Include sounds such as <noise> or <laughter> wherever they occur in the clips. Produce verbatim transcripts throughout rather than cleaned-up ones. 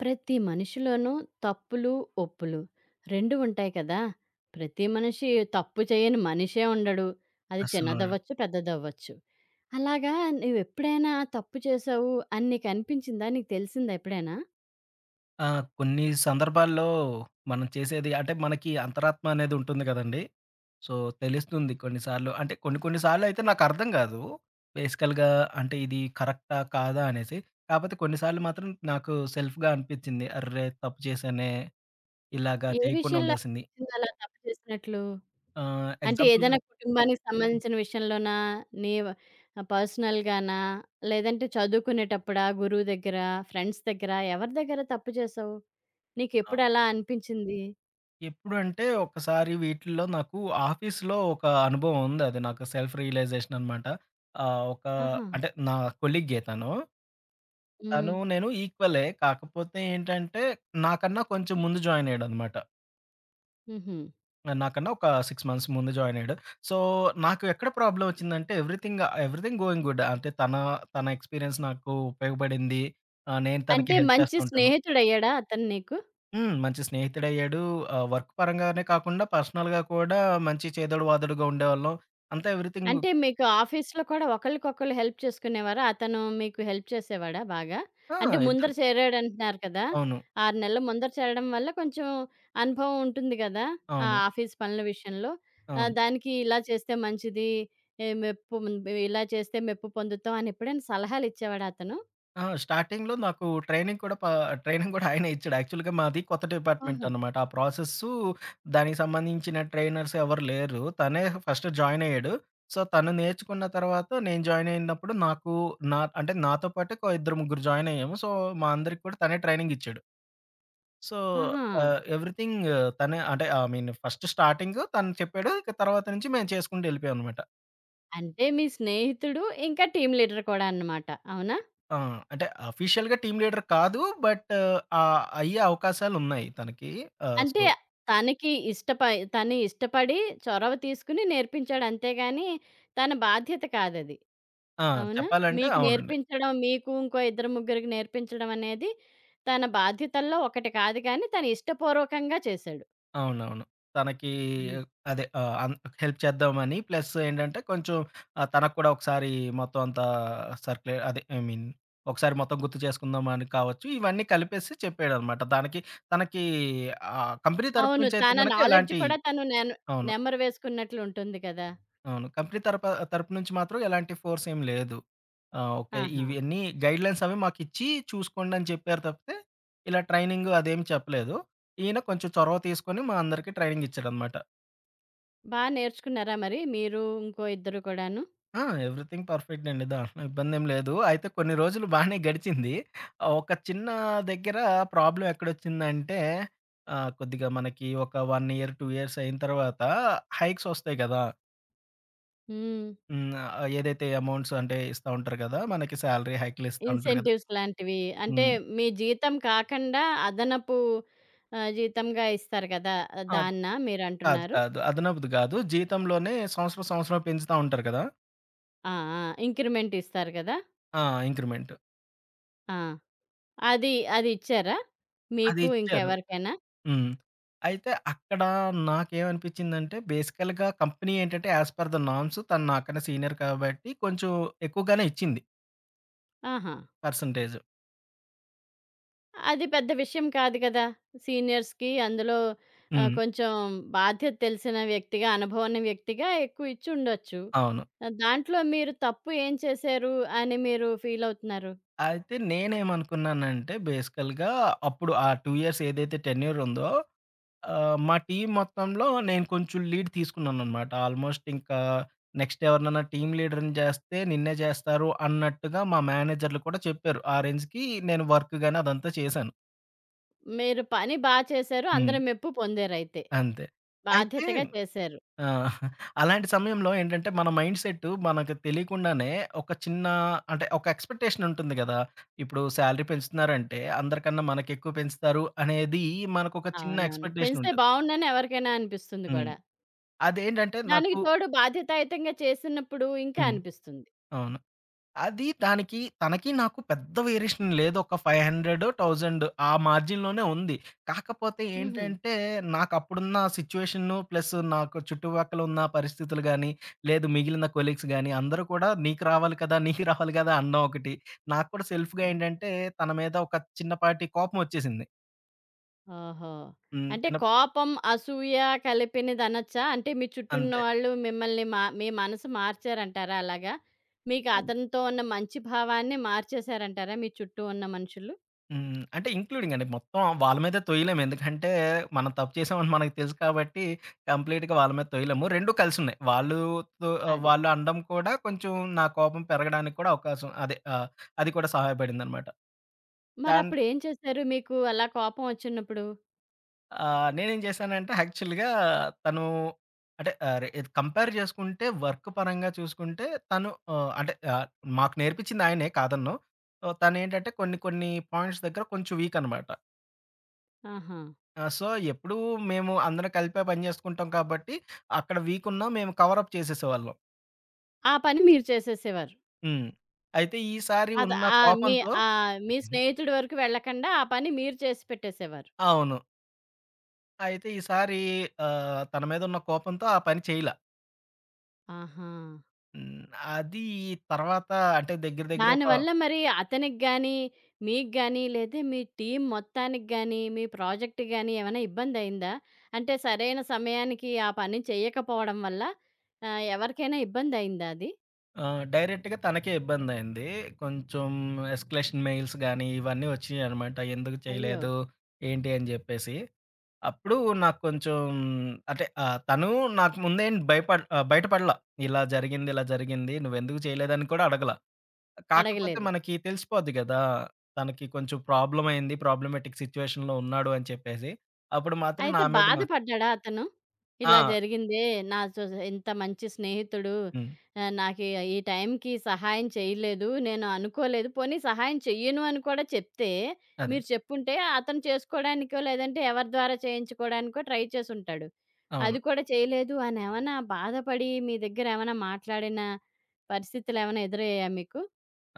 ప్రతి మనిషిలోనూ తప్పులు, ఒప్పులు రెండూ ఉంటాయి కదా! ప్రతి మనిషి తప్పు చేయని మనిషే ఉండడు. అది అసలు చిన్నదవ్వచ్చు, పెద్దదవ్వచ్చు. అలాగా నువ్వెప్పుడైనా తప్పు చేశావు అని నీకనిపించిందా? నీకు తెలిసిందా ఎప్పుడైనా? ఆ! కొన్ని సందర్భాల్లో మనం చేసేది అంటే మనకి అంతరాత్మ అనేది ఉంటుంది కదండీ! సో, తెలుస్తుంది కొన్నిసార్లు. అంటే కొన్ని కొన్ని సార్లయితే నాకర్థం కాదు. బేసికల్‌గా అంటే ఇది కరెక్టా? కాదా? అనేసి. కాపోతే కొన్ని సార్లు మాత్రం నాకు సెల్ఫ్‌గా అనిపిచ్చింది. అర్రే! తప్పు చేశానే, ఇలాగా ఏ చేయకుండా విషయంలో ఉండాల్సింది. అనిపించింది అలా తప్పు చేసినట్లు? ఆహ్, అంటే ఎగ్జాంపుల్‌గా ఏదైనా కుటుంబానికి సంబంధించిన విషయంలోనా? నీవ పర్సనల్‌గానా? లేదంటే చదువుకునేటప్పుడా? గురువు దగ్గర? ఫ్రెండ్స్ దగ్గర? ఎవరి దగ్గర తప్పు చేశావు? ఆ! నీకెప్పుడు అలా అనిపించింది? ఎప్పుడంటే ఒకసారి వీటిల్లో నాకు ఆఫీస్‌లో ఒక అనుభవం ఉంది. అది నాకు సెల్ఫ్ రియలైజేషన్ అనమాట. ఆహ్, ఒక ఆహా! అంటే నా కొలీగే తను. హ్మ్. తను నేను ఈక్వలే. కాకపోతే ఏంటంటే, నాకన్నా కొంచెం ముందు జాయిన్ అయ్యాడనమాట. హుహు. నాకన్నా ఒక ఆరు మంత్స్ ముందు జాయిన్ అయ్యాడు. సో, నాకు ఎక్కడ ప్రాబ్లమ్ వచ్చిందంటే, ఎవ్రీథింగ్ ఎవ్రీథింగ్ గోయింగ్ గుడ్. అంటే తన, తన ఎక్స్‌పీరియన్స్ నాకు ఉపయోగపడింది. ఆహ్, నేను తనకి అంటే హెల్ప్ మంచి చేస్తా ఉంటాను. స్నేహితుడయ్యాడా అతను నీకు? హ్మ్. మంచి స్నేహితుడయ్యాడు. ఆహ్, వర్క్ పరంగానే కాకుండా పర్సనల్‌గా కూడా మంచి చేదోడు వాదోడుగా ఉండేవాళ్ళం. అంతా ఎవ్రీథింగ్. అంటే మీకు ఆఫీస్‌లో కూడా ఒకళ్ళకొకళ్ళు హెల్ప్ చేసుకునేవారా? అతను మీకు హెల్ప్ చేసేవాడా బాగా? ఆ! అంటే ముందర ఇద్దరం. చేరాడంటున్నారు కదా! అవును. ఆరు నెలల ముందర చేరడం వల్ల కొంచెం అనుభవం ఉంటుంది కదా! ఆ అవును. ఆఫీస్ పనుల విషయంలో. ఆహ్, అవును. దానికి ఇలా చేస్తే మంచిది. ఏ మెప్పు ఇలా చేస్తే మెప్పు పొందుతాం అని ఎప్పుడైనా సలహాలు ఇచ్చేవాడా అతను? ఆ! స్టార్టింగ్‌లో నాకు ట్రైనింగ్ కూడా ప ట్రైనింగ్ కూడా ఆయనే ఇచ్చాడు. యాక్చువల్‌గా మాది కొత్త డిపార్ట్‌మెంట్ ఆహా! అనమాట. ఆ ప్రాసెస్సు దానికి సంబంధించిన ట్రైనర్స్ ఎవరు లేరు. తనే ఫస్ట్ జాయిన్ అయ్యాడు. సో, తను నేర్చుకున్న తర్వాత నేను జాయిన్ అయినప్పుడు నాకు నా అంటే నాతో పాటు ఇంకో ఇద్దరు ముగ్గురు జాయిన్ అయ్యాము. సో, మా అందరికి కూడా తనే ట్రైనింగ్ ఇచ్చాడు. సో, ఆహా! ఆహ్, ఎవ్రీథింగ్ తనే అంటే ఐ మీన్ ఫస్ట్ స్టార్టింగు తను చెప్పాడు. ఇక తర్వాత నుంచి మేము చేసుకుంటూ వెళ్ళిపోయామనమాట. అంటే మీ స్నేహితుడు ఇంకా టీమ్ లీడర్ కూడా అన్నమాట. అవునా? ఆ! అంటే అఫీషియల్‌గా టీమ్ లీడర్ కాదు. బట్ ఆహ్, అయ్యే అవకాశాలున్నాయి తనకి. ఆహ్, సో అంటే తనకి ఇష్టపై తను ఇష్టపడి చొరవ తీసుకుని నేర్పించాడు అంతేగాని తన బాధ్యత కాదది. ఆ! అవునా? చెప్పాలంటే మీకు అవునండి. నేర్పించడం మీకు ఇంకో ఇద్దరు ముగ్గురికి నేర్పించడం అనేది తన బాధ్యతల్లో ఒకటి కాదు కానీ తను ఇష్టపూర్వకంగా చేశాడు. అవునవును. తనకి హ్మ్. అదే ఆహ్, అన్ హెల్ప్ చేద్దామని ప్లస్ ఏంటంటే కొంచెం ఆహ్, తనకు కూడా ఒకసారి మొత్తం అంతా సర్క్లే అదే ఐ మీన్ ఒకసారి మొత్తం గుర్తు చేసుకుందాం అని కావచ్చు. ఇవన్నీ కలిపేసి చెప్పాడనమాట. దానికి తనకి ఆహ్, కంపెనీ తరపు అవును. నుంచి అయితే తన గనక నాలెడ్జ్ ఎలాంటి కూడా తను నెన్ అవును. నెమరు వేసుకున్నట్లు ఉంటుంది కదా! అవును. కంపెనీ తరప తరపు నుంచి మాత్రం ఎలాంటి ఫోర్స్ ఏం లేదు. ఆ! ఓకే. ఆహా! ఇవన్నీ గైడ్‌లైన్స్ అవి మాకిచ్చి చూసుకోండి అని చెప్పారు తప్పితే, ఇలా ట్రైనింగ్ అదేమి చెప్పలేదు. ఈయన కొంచెం చొరవ తీసుకొని మా అందరికి ట్రైనింగ్ ఇచ్చాడనమాట. బా నేర్చుకున్నారా మరి మీరు ఇంకో ఇద్దరు కూడాను? ఆ! ఎవ్రీథింగ్ పర్ఫెక్ట్ అండి. దాంట్లో ఇబ్బందేం లేదు. అయితే కొన్ని రోజులు బానే గడిచింది. ఆ, ఒక చిన్న దగ్గర ప్రాబ్లమ్ ఎక్కడొచ్చిందంటే ఆహ్, కొద్దిగా మనకి ఒక 1 ఇయర్, రెండు ఇయర్స్ అయిన తర్వాత హైక్స్ ఒస్తాయి గదా! హ్మ్. హ్మ్. ఏదైతే అమౌంట్స్ అంటే ఇస్తా ఉంటారు గదా! మనకి సాలరీ హైక్‌లు ఇస్తా ఉంటారు గదా! ఇన్సెంటివ్స్ లాంటివి. అంటే హ్మ్. మీ జీతం కాకండా అదనపు ఆహ్, జీతంగా ఇస్తారు కదా! అద్ దాన్నా కాదు. మీరంటున్నారు? కాదు. అదనపుది గాదు. జీతంలోనే సంవత్సరం, సంవత్సరం పెంచుతా ఉంటారు కదా! ఆ! ఆ! ఇంక్రిమెంట్ ఇస్తారు కదా! ఆ! ఇంక్రిమెంట్. ఆ! అది అది ఇచ్చారా? అది మీకు ఇచ్చారు. ఇంకెవరికైనా? హ్మ్. అయితే అక్కడ నాకేమనిపించిందంటే బేసికల్‌గా కంపెనీ ఏంటంటే యాస్ పర్ ద నార్మ్స్ తను నాకన్నా సీనియర్ కాబట్టి కొంచెం ఎక్కువగానే ఇచ్చింది ఆహా! పర్సెంటేజ్. అది పెద్ద విషయం కాదు కదా! సీనియర్స్‌కి అందులో ఆహ్, హ్మ్. కొంచెం బాధ్యత తెలిసిన వ్యక్తిగా, అనుభవం ఉన్న వ్యక్తిగా ఎక్కువ ఇచ్చుండొచ్చు. అవును. దాంట్లో మీరు తప్పు ఏం చేశారు అని మీరు ఫీలవుతున్నారు? అయితే నేనేమనుకున్నానంటే బేసికల్‌గా అప్పుడు ఆ రెండు ఇయర్స్ ఏదైతే టెన్యూర్ ఉందో ఆహ్, మా టీమ్ మొత్తంలో నేను కొంచెం లీడ్ తీసుకున్నాననమాట. ఆల్మోస్ట్ ఇంకా నెక్స్ట్ ఎవరినైనా టీమ్ లీడర్‌ని చేస్తే నిన్నే చేస్తారు అన్నట్టుగా మా మేనేజర్లు కూడా చెప్పారు. ఆ రేంజ్‌కి నేను వర్క్ గాని అదంతా చేశాను. మీరు పని బా చేశారు. హ్మ్. అందరి మెప్పు పొందారయితే. అంతే. అయితే బాధ్యతగా చేశారు. ఆ! అలాంటి సమయంలో ఏంటంటే, మన మైండ్ సెట్టు మనకు తెలియకుండానే ఒక చిన్న అంటే, ఒక ఎక్స్‌పెక్టేషన్ ఉంటుంది గదా! ఇప్పుడు సాలరీ పెంచుతున్నారంటే, అందరికన్నా మనకెక్కువ పెంచుతారు అనేది మనకొక చిన్న అవునవును. ఎక్స్‌పెక్టేషన్ పెంచితే ఉంటది. బావుండని ఎవరికైనా అనిపిస్తుంది హ్మ్. కూడా. అదేంటంటే దానికి నాకు తోడు బాధ్యతాయుతంగా చేసినప్పుడు ఇంకా హ్మ్. అనిపిస్తుంది. అవును. అది దానికి తనకి నాకు పెద్ద వేరియేషన్ లేదు. ఒక ఐదు వందలు, వెయ్యి ఆ మార్జిన్‌లోనే ఉంది. కాకపోతే హుహు. ఏంటంటే, నాకప్పుడున్న సిట్యుయేషను ప్లస్ నాకు చుట్టుపక్కల ఉన్న పరిస్థితులు గాని, లేదు మిగిలిన కొలీగ్స్ గాని, అందరూ కూడా "నీకు రావాలి కదా! నీకు రావాలి కదా!" అనడం ఒకటి. నాకు కూడా సెల్ఫ్‌గా ఏంటంటే, తన మీద ఒక చిన్నపాటి కోపమొచ్చేసింది. ఓహో! హ్మ్. అంటే చిన్న కోపం, అసూయ కలిపినదనొచ్చా? అంటే మీ చుట్టూ అంతే. ఉన్నవాళ్ళు మిమ్మల్ని మా మీ మనసు మార్చారంటారా అలాగా? మీకు అతనితో ఉన్న మంచి భావాన్ని మార్చేశారంటారా మీ చుట్టూ ఉన్న మనుషులు? హ్మ్. అంటే ఇంక్లూడింగ్ అండి. మొత్తం వాళ్ళ మీదే తొయ్యలేము. ఎందుకంటే, మనం తప్పు చేసామని మనకు తెలుసు కాబట్టి, కంప్లీట్‌గా వాళ్ళ మీద తొయ్యలేము. రెండూ కలిసున్నాయి. వాళ్ళు తొ ఆహ్, అది. వాళ్ళు అనడం కూడా కొంచెం నా కోపం పెరగడానికి కూడా అవకాశం అదే ఆహ్, అది కూడా సహాయపడిందనమాట. దాన్ మరప్పుడు ఏం చేశారు మీకు అలా కోపం ఒచ్చినప్పుడు? ఆహ్, నేనేం చేశానంటే, యాక్చువల్‌గా తను అంటే ఆహ్, రె కంపేర్ చేసుకుంటే వర్క్ పరంగా చూసుకుంటే తను ఆహ్, అంటే ఆహ్, మాకు నేర్పించింది ఆయనే కాదనను. సో, తనేంటంటే కొన్ని కొన్ని పాయింట్స్ దగ్గర కొంచెం వీక్ అనమాట. ఆహా! ఆ! సో, ఎప్పుడూ మేము అందరం కలిపే పని జేసుకుంటాం కాబట్టి, అక్కడ వీకున్నా మేము కవర్ అప్ చేసేసేవాళ్ళం. ఆ పని మీరు చేసేసేవారు. హ్మ్. అయితే ఈసారి అద ఉన్న ఆహ్, మీ కోపంతో ఆహ్, మీ హుహు. స్నేహితుడి వరకు వెళ్ళకండా ఆ పని మీరు చేసి పెట్టేసేవారు. అవును. అయితే ఈసారి ఆహ్, తన మీద ఉన్న కోపంతో ఆ పని చేయలా. ఆహా! హ్మ్. అది తర్వాత అంటే దగ్గర దగ్గర ఒక దానివల్ల మరి అతనికి గాని, మీకు గాని, లేతే మీ టీమ్ మొత్తానికి గాని, మీ ప్రాజెక్ట్ గాని ఏమైనా ఇబ్బందయిందా? అంటే సరైన సమయానికి ఆ పని చేయకపోవడం వల్ల ఆహ్, ఎవరికైనా ఇబ్బందయిందా అది? ఆహ్, డైరెక్ట్‌గా తనకే ఇబ్బందయింది. కొంచెం ఎస్కలేషన్ మెయిల్స్ గానీ, ఇవన్నీ ఒచ్చినియనమాట. ఎందుకు అయ్యో! చేయలేదు? ఏంటి? అని జెప్పేసి. అప్పుడు నాకు కొంచెం అంటే ఆహ్, తను నాకు ముందేం భయపడ్ ఆహ్, బయటపడల. ఇలా జరిగింది, ఇలా జరిగింది. నువ్వెందుకు చేయలేదని కూడా అడగల. కాకపోతే అడగలేదు. మనకి తెలిసిపోద్ది గదా! తనకి కొంచెం ప్రాబ్లమ్ అయింది. ప్రాబ్లమాటిక్ సిట్యుయేషన్‌లో ఉన్నాడు అని చెప్పేసి. అప్పుడు మాత్రం అయితే నా మీద మా బాధపడ్డాడా అతను? ఇలా ఆ! జరిగిందే నా సొ ఇంత మంచి స్నేహితుడు హ్మ్. ఆహ్, నాకీ ఈ ఈ టైంకి సహాయం చేయలేదు. నేను అనుకోలేదు. పోనీ సహాయం చెయ్యను అని కూడా చెప్తే, అదే. మీరు చెప్పుంటే అతను చేసుకోడానికో, లేదంటే ఎవరి ద్వారా చేయించుకోడానికో ట్రై చేసుంటాడు. అవును. అది కూడా చేయలేదు అనేమన్నా బాధపడి మీ దగ్గరేమన్నా మాట్లాడిన పరిస్థితులేమన్నా ఎదురయ్యాయా మీకు?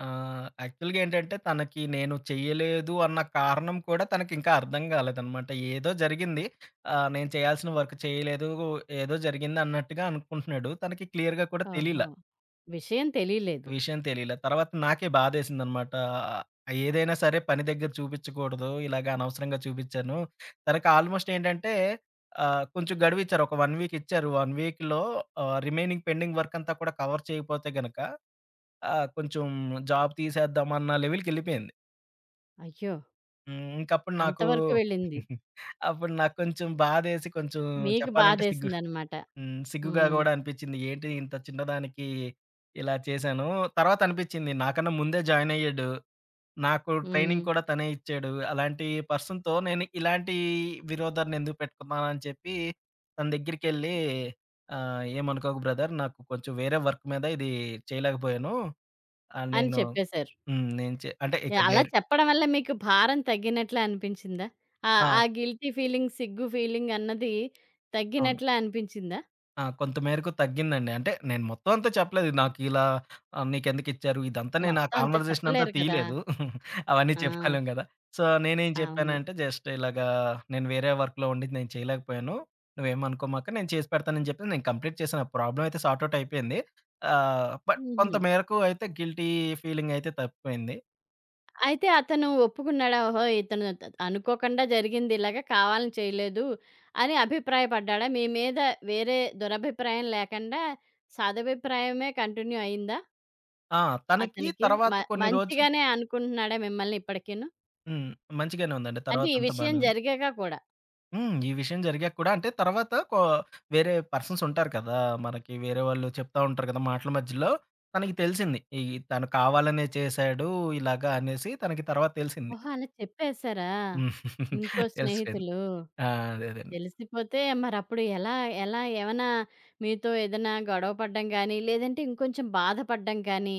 ఆహ్, యాక్చువల్‌గా ఏంటంటే తనకి నేను చేయలేదు అన్న కారణం కూడా తనకింకా అర్థం కాలేదనమాట. ఏదో జరిగింది. ఆహ్, నేను చేయాల్సిన వర్క్ చేయలేదు. ఏదో జరిగింది అన్నట్టుగా అనుకుంటున్నాడు. తనకి క్లియర్‌గా కూడా తెలీల. ఓహో! విషయం తెలీలేదు. విషయం తెలీలా. తర్వాత నాకే బాధేసిందనమాట. ఆహ్, ఏదైనా సరే పని దగ్గర చూపిచ్చకూడదు. ఇలాగ అనవసరంగా చూపిచ్చాను. తనకి ఆల్‌మోస్ట్ ఏంటంటే ఆహ్, కొంచెం గడువిచ్చారు. ఒక 1 వీక్ ఇచ్చారు. ఒక వీక్‌లో ఆహ్, రిమైనింగ్ పెండింగ్ వర్క్ అంతా కూడా కవర్ చేయకపోతే గనక ఆహ్, కొంచెం జాబ్ తీసేద్దామన్న లెవెల్‌కెళ్ళిపోయింది. అయ్యో! హ్మ్. ఇంకప్పుడు నాకు అంతవరకు వెళ్ళింది. <laughs> అప్పుడు నాకు కొంచెం బాధేసి కొంచెం మీకు చెప్పాలంటే సిగ్గు బాధేసిందనమాట. హ్మ్. సిగ్గుగా హ్మ్. గూడా అనిపిచ్చింది. ఏంటి ఇంత చిన్నదానికి ఇలా చేశాను. తర్వాత అనిపిచ్చింది నాకన్నా ముందే జాయిన్ అయ్యాడు. నాకు హ్మ్. ట్రైనింగ్ కూడా తనే ఇచ్చాడు. అలాంటి పర్సన్‌తో నేను ఇలాంటి విరోధాన్ని ఎందుకు పెట్టుకున్నాను అని చెప్పి తన దగ్గరికెళ్ళి ఆహ్, "ఏమనుకోకు బ్రదర్ నాకు కొంచెం వేరే వర్క్ మీద ఇది చేయలేకపోయాను. ఆహ్, అని నేను" చెప్పేశారు. హ్మ్. నేను చే అంటే ఇక యాహ్! అలా డైరెక్ట్ చెప్పడం వల్ల మీకు భారం తగ్గినట్లా అనిపించిందా? ఆ! ఆహ్, ఆ గిల్టీ ఫీలింగ్, సిగ్గు ఫీలింగ్ అన్నది అవును. తగ్గినట్లా అనిపించిందా? ఆ! కొంత మేరకు తగ్గిందండి. అంటే నేను మొత్తం అంతా చెప్పలేదు. నాకిలా ఆహ్, నీకెందుకిచ్చారు? ఇదంతా నేను ఆ మొత్తం అంతా కాన్వర్జేషన్ అంతా చెప్పలేరు కదా! తీయలేదు. అవన్నీ ఆ! చెప్పుకోలేం గదా! సో, నేనేం అవును. చెప్పానంటే జస్ట్ ఇలాగా నేను వేరే వర్క్‌లో ఉండి నేను చేయలేకపోయాను. నువ్వేమనుకోమాక నేను చేసి పెడతానని చెప్పి నేను కంప్లీట్ చేశాను. ఆ ప్రాబ్లమ్ అయితే సార్ట్ ఔట్ అయిపోయింది. ఆహ్, బట్ కొంత హుహు. మేరకు అయితే గిల్టీ ఫీలింగ్ అయితే తప్పిపోయింది. అయితే అతను ఒప్పుకున్నాడా? ఓహో! ఇతను త అనుకోకుండా జరిగింది ఇలాగ, కావాలని చేయలేదు అని అభిప్రాయపడ్డాడా? మీ మీద వేరే దురభిప్రాయం లేకుండా సదభిప్రాయమే కంటిన్యూ అయిందా ఆ! తనకి అతనికి? మ తర్వాత కొన్ని రోజులు మంచిగానే అనుకుంటున్నాడా మిమ్మల్ని ఇప్పటికీను? హ్మ్. మంచిగానే ఉందండి. అంటే ఈ తర్వాతంతా విషయం బానే ఉంది. జరిగాక కూడా. హ్మ్. ఈ విషయం జరిగాక కూడా అంటే తర్వాత కొ వేరే పర్సన్స్ ఉంటారు కదా! మనకి వేరే వాళ్ళు చెప్తా ఉంటారు కదా! మాటల మధ్యలో తనకి తెలిసింది. ఈ తను కావాలనే చేశాడు ఇలాగా అనేసి తనకి తర్వాత తెలిసింది. ఓహో! అలా చెప్పేసారా? హ్మ్. ఇంకో తెలిసిపోయింది. స్నేహితులు. ఆ! అదే అదండి. తెలిసిపోతే మరప్పుడు ఎలా ఎలా ఏమైనా మీతో ఏదైనా గొడవ పడడం గానీ, లేదంటే ఇంకొంచెం బాధపడడం కానీ,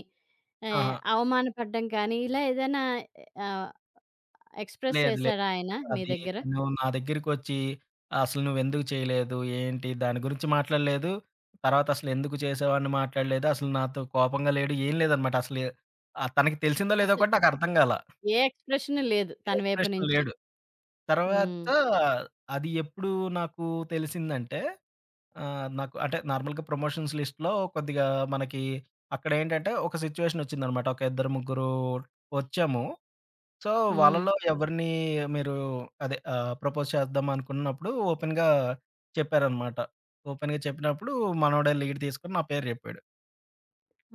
ఆహా! ఆహ్, అవమానపడడం కానీ ఇలా ఏదైనా ఆహ్, ఎక్స్‌ప్రెస్ లేదు. లేదు. చేసాడా ఆయన మీ అది దగ్గర? తను నా దగ్గరికొచ్చి అసలు నువ్వెందుకు చేయలేదు? ఏంటి? దాని గురించి మాట్లాడలేదు. తర్వాత అసలు ఎందుకు చేసావని మాట్లాడలేదు. అసలు నాతో కోపంగా లేడు. ఏం లేదనమాట. అసలు ఆహ్, తనకి తెలిసిందో లేదో అసలు కూడా నాకు అర్థం కాలా. ఏ ఎక్స్‌ప్రెషన్ లేదు తన వైపు ఎక్స్‌ప్రెషన్ నుంచి. లేడు. హ్మ్. తర్వాత అది ఎప్పుడు నాకు తెలిసిందంటే, ఆహ్, నాకు అంటే నార్మల్‌గా ప్రమోషన్స్ లిస్ట్‌లో కొద్దిగా మనకి అక్కడేంటంటే ఒక సిట్యుయేషన్ వచ్చిందనమాట. ఒక ఇద్దరు, ముగ్గురు వచ్చాము. సో, హ్మ్. వాళ్ళలో ఎవరిని మీరు అదే ఆహ్, ప్రపోజ్ చేద్దాం అనుకున్నప్పుడు ఓపెన్‌గా చెప్పారనమాట. ఓపెన్‌గా చెప్పినప్పుడు మనోడే లీడ్ తీసుకొని నా పేరు చెప్పాడు.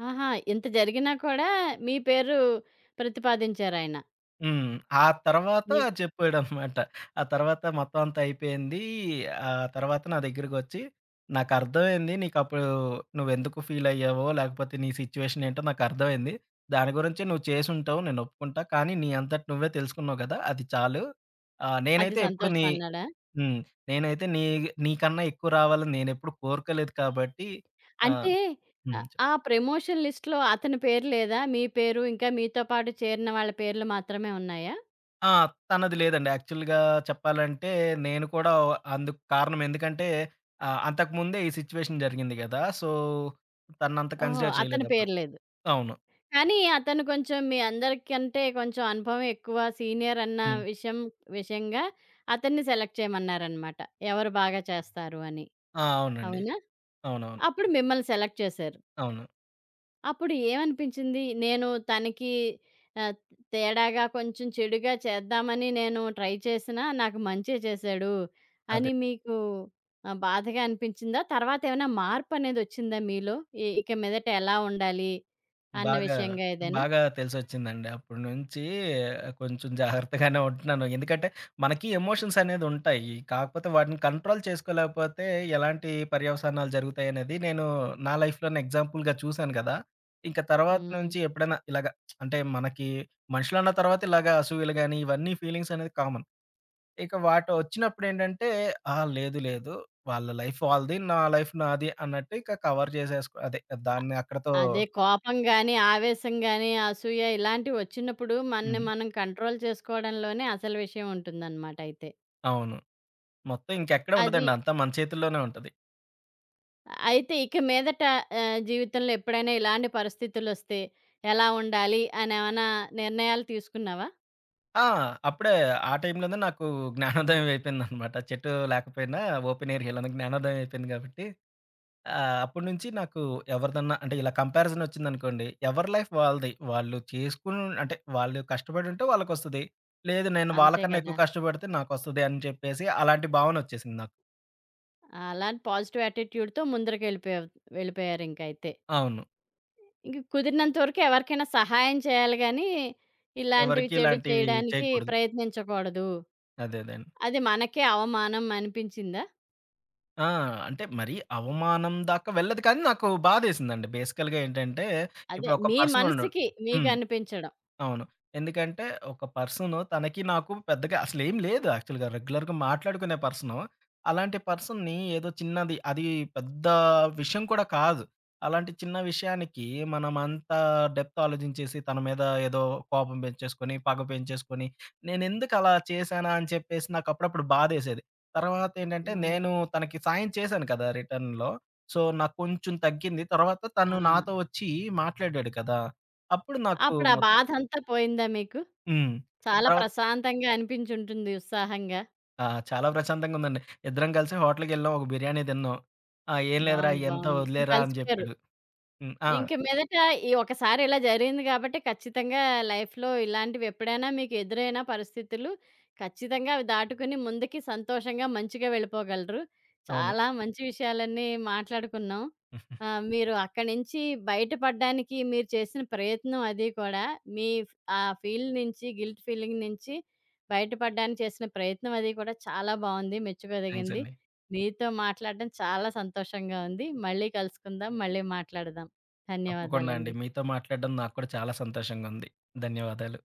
ఆహా! ఇంత జరిగినా కూడా మీ పేరు ప్రతిపాదించారాయన. హ్మ్. ఆ తర్వాత మీ చెప్పాడనమాట. ఆ తర్వాత మొత్తం అంతా అయిపోయింది. ఆ తర్వాత నా దగ్గరికొచ్చి "నాకర్థమైంది. నీకప్పుడు నువ్వెందుకు ఫీలయ్యావో, లేకపోతే నీ సిచ్యువేషన్ ఏంటో నాకర్థమైంది. దాని గురించి నువ్వు చేసుంటావు నేను ఒప్పుకుంటా. కానీ నీ అంతట నువ్వే తెలుసుకున్నావు గదా! అది చాలు. ఆహ్, అది నేనైతే ఎప్పుడు సంతోషం నీ" అన్నాడా? హ్మ్. "నేనైతే నీ నీకన్నా ఎక్కువ రావాలని నేనెప్పుడు కోరుకోలేదు కాబట్టి" ఆహ్, అంటే హ్మ్. ఆహ్, ఆ ప్రమోషన్ లిస్ట్‌లో అతని పేరు లేదా? మీ పేరు ఇంకా మీతో పాటు చేరిన వాళ్ళ పేర్లు మాత్రమే ఉన్నాయా? ఆ! తనది లేదండి. యాక్చువల్‌గా చెప్పాలంటే నేను కూడా అందుకు కారణం ఎందుకంటే ఆహ్, అంతకుముందే ఈ సిట్యుయేషన్ జరిగింది గదా! సో, తనంత ఓహో! కన్సిడర్ అతని చేయలేదప్పుడు. పేరు లేదు. అవును. కానీ అతను కొంచెం మీ అందరికంటే కొంచెం అనుభవం ఎక్కువ సీనియర్ అన్న హ్మ్. విషయం విషయంగా అతన్ని సెలెక్ట్ చేయమన్నారనమాట. ఎవరు బాగా చేస్తారు అని. ఆ! అవునండి. అవునా? అవునవును. అప్పుడు మిమ్మల్ని సెలెక్ట్ చేశారు. అవును. అప్పుడు ఏమనిపించింది? నేను తనకి ఆహ్, తేడాగా కొంచెం చెడుగా చేద్దామని నేను ట్రై చేసినా నాకు మంచే చేశాడు అదే. అని మీకు ఆహ్, బాధగా అనిపించిందా? తర్వాతేమైనా మార్పనేదొచ్చిందా మీలో? ఇ ఇక మీదట ఎలా ఉండాలి అన్న బాగా, విషయంగా ఏదైనా? బాగా తెలిసొచ్చిందండి. అప్పటి నుంచి కొంచెం జాగ్రత్తగానే ఉంటున్నాను. ఎందుకంటే మనకి ఎమోషన్స్ అనేదుంటాయి. కాకపోతే వాటిని కంట్రోల్ చేసుకోలేకపోతే ఎలాంటి పర్యవసానాలు జరుగుతాయనేది నేను నా లైఫ్‌లోనే ఎగ్జాంపుల్‌గా చూశాను కదా! ఇంక తర్వాత హ్మ్. నుంచి ఎప్పుడైనా ఇలాగ అంటే మనకి మనుషులన్న తర్వాత ఇలాగ అసూయలు గాని ఇవన్నీ ఫీలింగ్స్ అనేది కామన్. ఇక వాటొచ్చినప్పుడేంటంటే ఆ! లేదు లేదు. వాళ్ళ లైఫ్ వాళ్ళది. నా లైఫ్ నాది అన్నట్టు ఇక కవర్ చేసేసుకో అదే అ దాన్ని అక్కడితో అదే కోపం గాని, ఆవేశం గాని, అసూయ ఇలాంటివొచ్చినప్పుడు మనని హ్మ్. మనం కంట్రోల్ చేసుకోవడంలోనే అసలు విషయం ఉంటుందనమాట అయితే. అవును. మొత్తం ఇంకెక్కడ అది ఉండదండి. అంతా మన చేతుల్లోనే ఉంటది. అయితే ఇక మీదట ఆహ్, జీవితంలో ఎప్పుడైనా ఇలాంటి పరిస్థితులొస్తే ఎలా ఉండాలి అనేమన్నా నిర్ణయాలు తీసుకున్నావా? ఆ! అప్పుడే ఆ టైంలోనే నాకు జ్ఞానోదయం అయిపోయిందనమాట. చెట్టు లేకపోయినా ఓపెన్ ఏరియాలోనే జ్ఞానోదయం అయిపోయింది కాబట్టి, ఆహ్, అప్పటినుంచి నాకు ఎవరిదన్నా అంటే ఇలా కంపారిజన్ వచ్చిందనుకోండి. ఎవరి లైఫ్ వాళ్ళది. వాళ్ళు చేసుకుని అంటే వాళ్ళు కష్టపడి ఉంటే వాళ్ళకొస్తది. లేదు నేను అంతే వాళ్ళకన్నా ఎక్కువ కదా! కష్టపడితే నాకొస్తది అని చెప్పేసి అలాంటి భావన వచ్చేసింది నాకు. అలాంటి పాజిటివ్ యాటిట్యూడ్‌తో ముందరికెళ్ళిపోయావు వెళ్ళిపోయారింకైతే. ఇంక అయితే అవును. ఇంక కుదిరినంత వరకు ఎవరికైనా సహాయం చేయాలి గానీ, ఇలాంటివి ఎవరికీ చెడు ఇలాంటివి చేయడానికి చేయకూడదు. ప్రయత్నించకూడదు. అదే అదే అండి. అది మనకే అవమానం అనిపించిందా? ఆ! అంటే మరీ అవమానం దాకా వెళ్ళదు కానీ నాకు బాధేసిందండి. బేసికల్‌గా ఏంటంటే అదే ఇప్పుడు ఒక మీ పర్సన్ ఉన్నాడు. మనసుకి హ్మ్. మీకనిపించడం. అవును. ఎందుకంటే ఒక పర్సను తనకి నాకు పెద్దగా అసలేం లేదు యాక్చువల్‌గా. రెగ్యులర్‌గా మాట్లాడుకునే పర్సను. అలాంటి పర్సన్‌ని ఏదో చిన్నది అది పెద్ద విషయం కూడా కాదు. అలాంటి చిన్న విషయానికి మనం అంతా డెప్త్ ఆలోచించేసి తన మీద ఏదో కోపం పెంచేసుకొని, పగ పెంచేసుకొని, నేనెందుకు అలా చేశానా అని చెప్పేసి నాకు అప్పుడప్పుడు బాధేసేది. తర్వాత ఏంటంటే ఆ! నేను తనకి సాయం చేశాను కదా! రిటర్న్‌లో. సో, నాకు కొంచెం తగ్గింది. తర్వాత ఆ! తను నాతో వచ్చి మాట్లాడాడు కదా! అప్పుడు నాకు అప్పుడు ఆ మొ బాధంతా పోయిందా మీకు? హ్మ్. చాలా తర్వాత ప్రశాంతంగా అనిపించుంటుంది ఉత్సాహంగా. ఆ! చాలా ప్రశాంతంగా ఉందండి. ఇద్దరం కలిసి హోటల్‌కెళ్ళాం. ఒక బిర్యానీ తిన్నాం. ఆ! "ఏం లేదురా బావుంది. అయ్యంతా బావుంది. ఇంక వదిలేరా" అని అలసిపోయారు. చెప్పాడు. హ్మ్. ఆ! ఇంక మీదట ఈ ఒకసారి ఇలా జరిగింది కాబట్టి ఖచ్చితంగా లైఫ్‌లో ఇలాంటివి ఎప్పుడైనా మీకు ఎదురైన పరిస్థితులు, ఖచ్చితంగా అవి దాటుకొని ముందుకి సంతోషంగా మంచిగా వెళ్ళిపోగలరు. అవును. చాలా మంచి విషయాలన్నీ మాట్లాడుకున్నాం. ఆహ్, మీరు అక్కడి నుంచి బయటపడడానికి మీరు చేసిన ప్రయత్నం అది కూడా, మీ ఫ్ ఆ ఫీల్ నుంచి గిల్ట్ ఫీలింగ్ నుంచి బయటపడడానికి చేసిన ప్రయత్నం అది కూడా చాలా బావుంది. థాంక్స్ మెచ్చుకోదగింది. అండి. మీతో మాట్లాడడం చాలా సంతోషంగా ఉంది. మళ్ళీ కలుసుకుందాం. మళ్ళీ మాట్లాడదాం. తప్పకుండా అండి. ధన్యవాదాలండి. మీతో మాట్లాడడం నాకు కూడా చాలా సంతోషంగా ఉంది. ధన్యవాదాలు.